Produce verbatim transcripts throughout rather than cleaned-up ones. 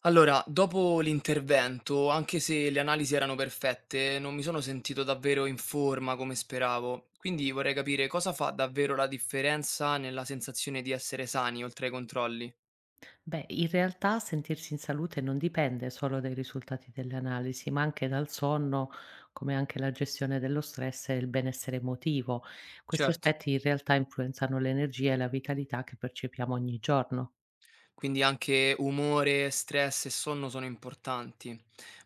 Allora, dopo l'intervento, anche se le analisi erano perfette, non mi sono sentito davvero in forma come speravo. Quindi vorrei capire cosa fa davvero la differenza nella sensazione di essere sani oltre ai controlli. Beh, in realtà sentirsi in salute non dipende solo dai risultati delle analisi, ma anche dal sonno, come anche la gestione dello stress e il benessere emotivo. Questi Certo, aspetti in realtà influenzano l'energia e la vitalità che percepiamo ogni giorno. quindi anche umore, stress e sonno sono importanti.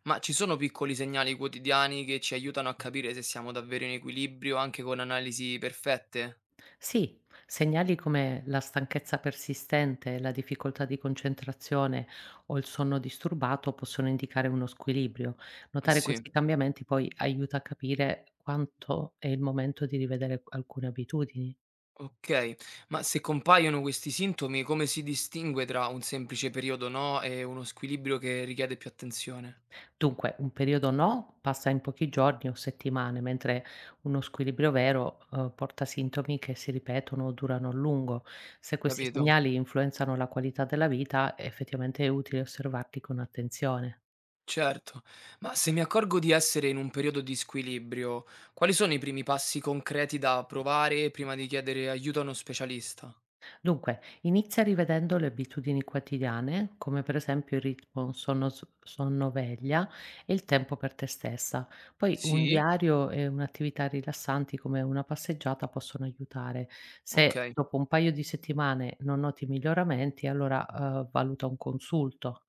Ma ci sono piccoli segnali quotidiani che ci aiutano a capire se siamo davvero in equilibrio anche con analisi perfette? Sì, segnali come la stanchezza persistente, la difficoltà di concentrazione o il sonno disturbato possono indicare uno squilibrio. Eh Notare sì. questi cambiamenti poi aiuta a capire quanto è il momento di rivedere alcune abitudini. Okay, ma se compaiono questi sintomi, come si distingue tra un semplice periodo no e uno squilibrio che richiede più attenzione? Dunque, un periodo no passa in pochi giorni o settimane, mentre uno squilibrio vero, uhm, porta sintomi che si ripetono o durano a lungo. Se questi Capito? segnali influenzano la qualità della vita, effettivamente è utile osservarli con attenzione. Certo, ma se mi accorgo di essere in un periodo di squilibrio, quali sono i primi passi concreti da provare prima di chiedere aiuto a uno specialista? Dunque, inizia rivedendo le abitudini quotidiane, come per esempio il ritmo sonno s- sonno-veglia e il tempo per te stessa. Poi un Sì? diario e un'attività rilassanti come una passeggiata possono aiutare. Se Okay. dopo un paio di settimane non noti miglioramenti, allora eh, valuta un consulto.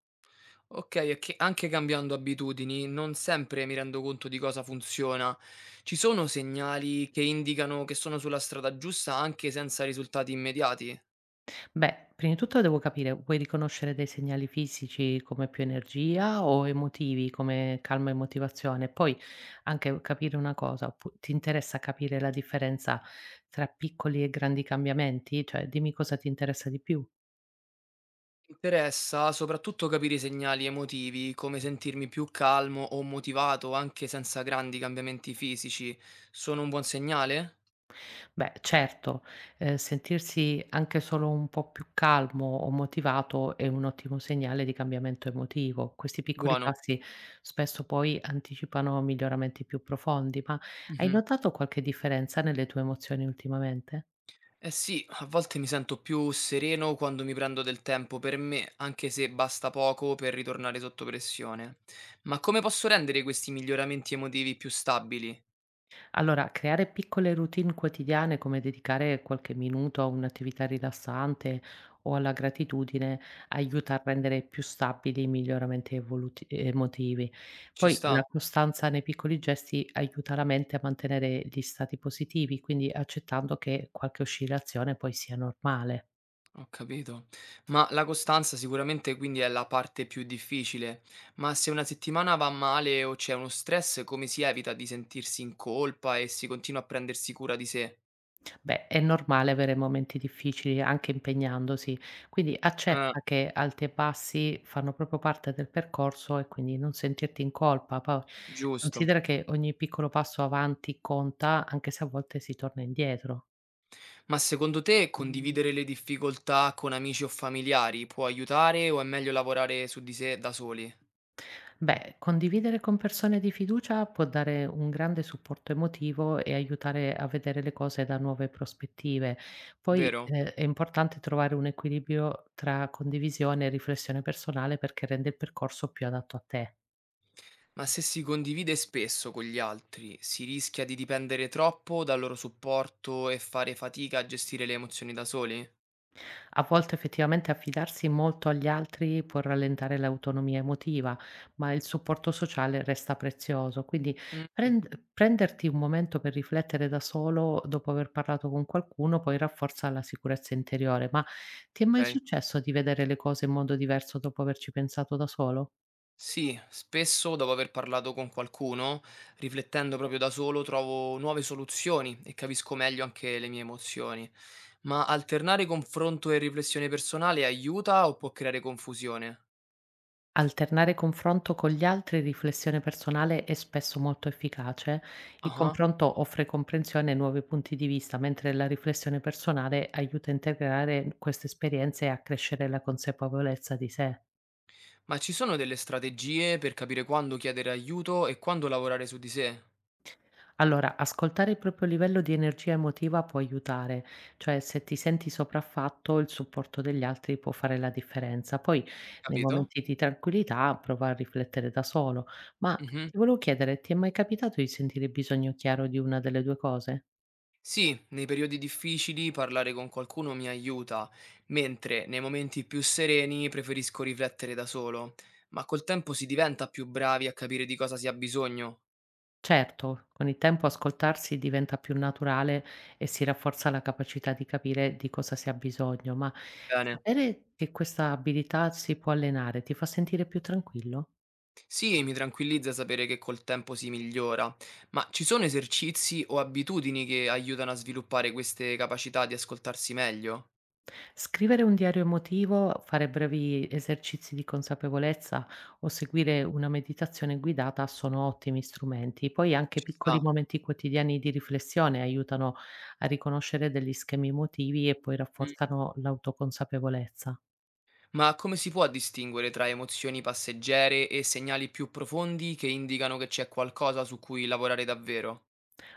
Okay, e che anche cambiando abitudini non sempre mi rendo conto di cosa funziona. Ci sono segnali che indicano che sono sulla strada giusta anche senza risultati immediati? Beh, prima di tutto devo capire, vuoi riconoscere dei segnali fisici come più energia o emotivi come calma e motivazione? Poi anche capire una cosa, oppu- ti interessa capire la differenza tra piccoli e grandi cambiamenti? Cioè, dimmi cosa ti interessa di più. Interessa soprattutto capire i segnali emotivi, come sentirmi più calmo o motivato anche senza grandi cambiamenti fisici. Sono un buon segnale? Beh, certo, ehm, sentirsi anche solo un po' più calmo o motivato è un ottimo segnale di cambiamento emotivo. Questi piccoli Buono. passi spesso poi anticipano miglioramenti più profondi, ma hai Mhm. notato qualche differenza nelle tue emozioni ultimamente? Eh sì, a volte mi sento più sereno quando mi prendo del tempo per me, anche se basta poco per ritornare sotto pressione. Ma come posso rendere questi miglioramenti emotivi più stabili? Allora, creare piccole routine quotidiane come dedicare qualche minuto a un'attività rilassante o alla gratitudine aiuta a rendere più stabili i miglioramenti evoluti- emotivi. Ci Poi la sta? costanza nei piccoli gesti aiuta la mente a mantenere gli stati positivi, quindi accettando che qualche oscillazione poi sia normale. Ho capito. Ma la costanza sicuramente quindi è la parte più difficile, ma se una settimana va male o c'è uno stress, come si evita di sentirsi in colpa e si continua a prendersi cura di sé? Beh, è normale avere momenti difficili anche impegnandosi, quindi Eh, accetta che alti e bassi fanno proprio parte del percorso e quindi non sentirti in colpa. Poi giusto. considera che ogni piccolo passo avanti conta, anche se a volte si torna indietro. Ma secondo te condividere le difficoltà con amici o familiari può aiutare o è meglio lavorare su di sé da soli? Beh, condividere con persone di fiducia può dare un grande supporto emotivo e aiutare a vedere le cose da nuove prospettive. Poi, Vero? eh, è importante trovare un equilibrio tra condivisione e riflessione personale perché rende il percorso più adatto a te. Ma se si condivide spesso con gli altri, si rischia di dipendere troppo dal loro supporto e fare fatica a gestire le emozioni da soli? A volte effettivamente affidarsi molto agli altri può rallentare l'autonomia emotiva, ma il supporto sociale resta prezioso. Quindi Mm. prend- prenderti un momento per riflettere da solo dopo aver parlato con qualcuno poi rafforza la sicurezza interiore. Ma ti è mai Okay. successo di vedere le cose in modo diverso dopo averci pensato da solo? Sì, spesso dopo aver parlato con qualcuno, riflettendo proprio da solo, trovo nuove soluzioni e capisco meglio anche le mie emozioni. Ma alternare confronto e riflessione personale aiuta o può creare confusione? Alternare confronto con gli altri e riflessione personale è spesso molto efficace. Il Ah-ah. confronto offre comprensione e nuovi punti di vista, mentre la riflessione personale aiuta a integrare queste esperienze e a crescere la consapevolezza di sé. Ma ci sono delle strategie per capire quando chiedere aiuto e quando lavorare su di sé? Allora, ascoltare il proprio livello di energia emotiva può aiutare, cioè se ti senti sopraffatto, il supporto degli altri può fare la differenza. Poi, nei Capito? momenti di tranquillità, prova a riflettere da solo. Ma Mh-mh. ti volevo chiedere, ti è mai capitato di sentire bisogno chiaro di una delle due cose? Sì, nei periodi difficili parlare con qualcuno mi aiuta, mentre nei momenti più sereni preferisco riflettere da solo, ma col tempo si diventa più bravi a capire di cosa si ha bisogno. Certo, con il tempo ascoltarsi diventa più naturale e si rafforza la capacità di capire di cosa si ha bisogno, ma Bene. sapere che questa abilità si può allenare ti fa sentire più tranquillo? Sì, mi tranquillizza sapere che col tempo si migliora, ma ci sono esercizi o abitudini che aiutano a sviluppare queste capacità di ascoltarsi meglio? Scrivere un diario emotivo, fare brevi esercizi di consapevolezza o seguire una meditazione guidata sono ottimi strumenti. Poi anche Ci piccoli sta. momenti quotidiani di riflessione aiutano a riconoscere degli schemi emotivi e poi Mm. rafforzano l'autoconsapevolezza. Ma come si può distinguere tra emozioni passeggere e segnali più profondi che indicano che c'è qualcosa su cui lavorare davvero?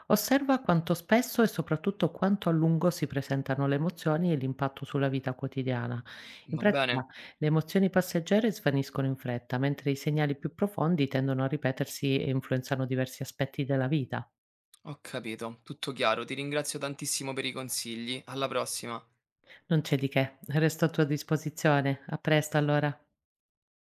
Osserva quanto spesso e soprattutto quanto a lungo si presentano le emozioni e l'impatto sulla vita quotidiana. In Va bene, pratica, le emozioni passeggere svaniscono in fretta, mentre i segnali più profondi tendono a ripetersi e influenzano diversi aspetti della vita. ho capito, tutto chiaro. Ti ringrazio tantissimo per i consigli. Alla prossima. Non c'è di che, resto a tua disposizione. A presto allora.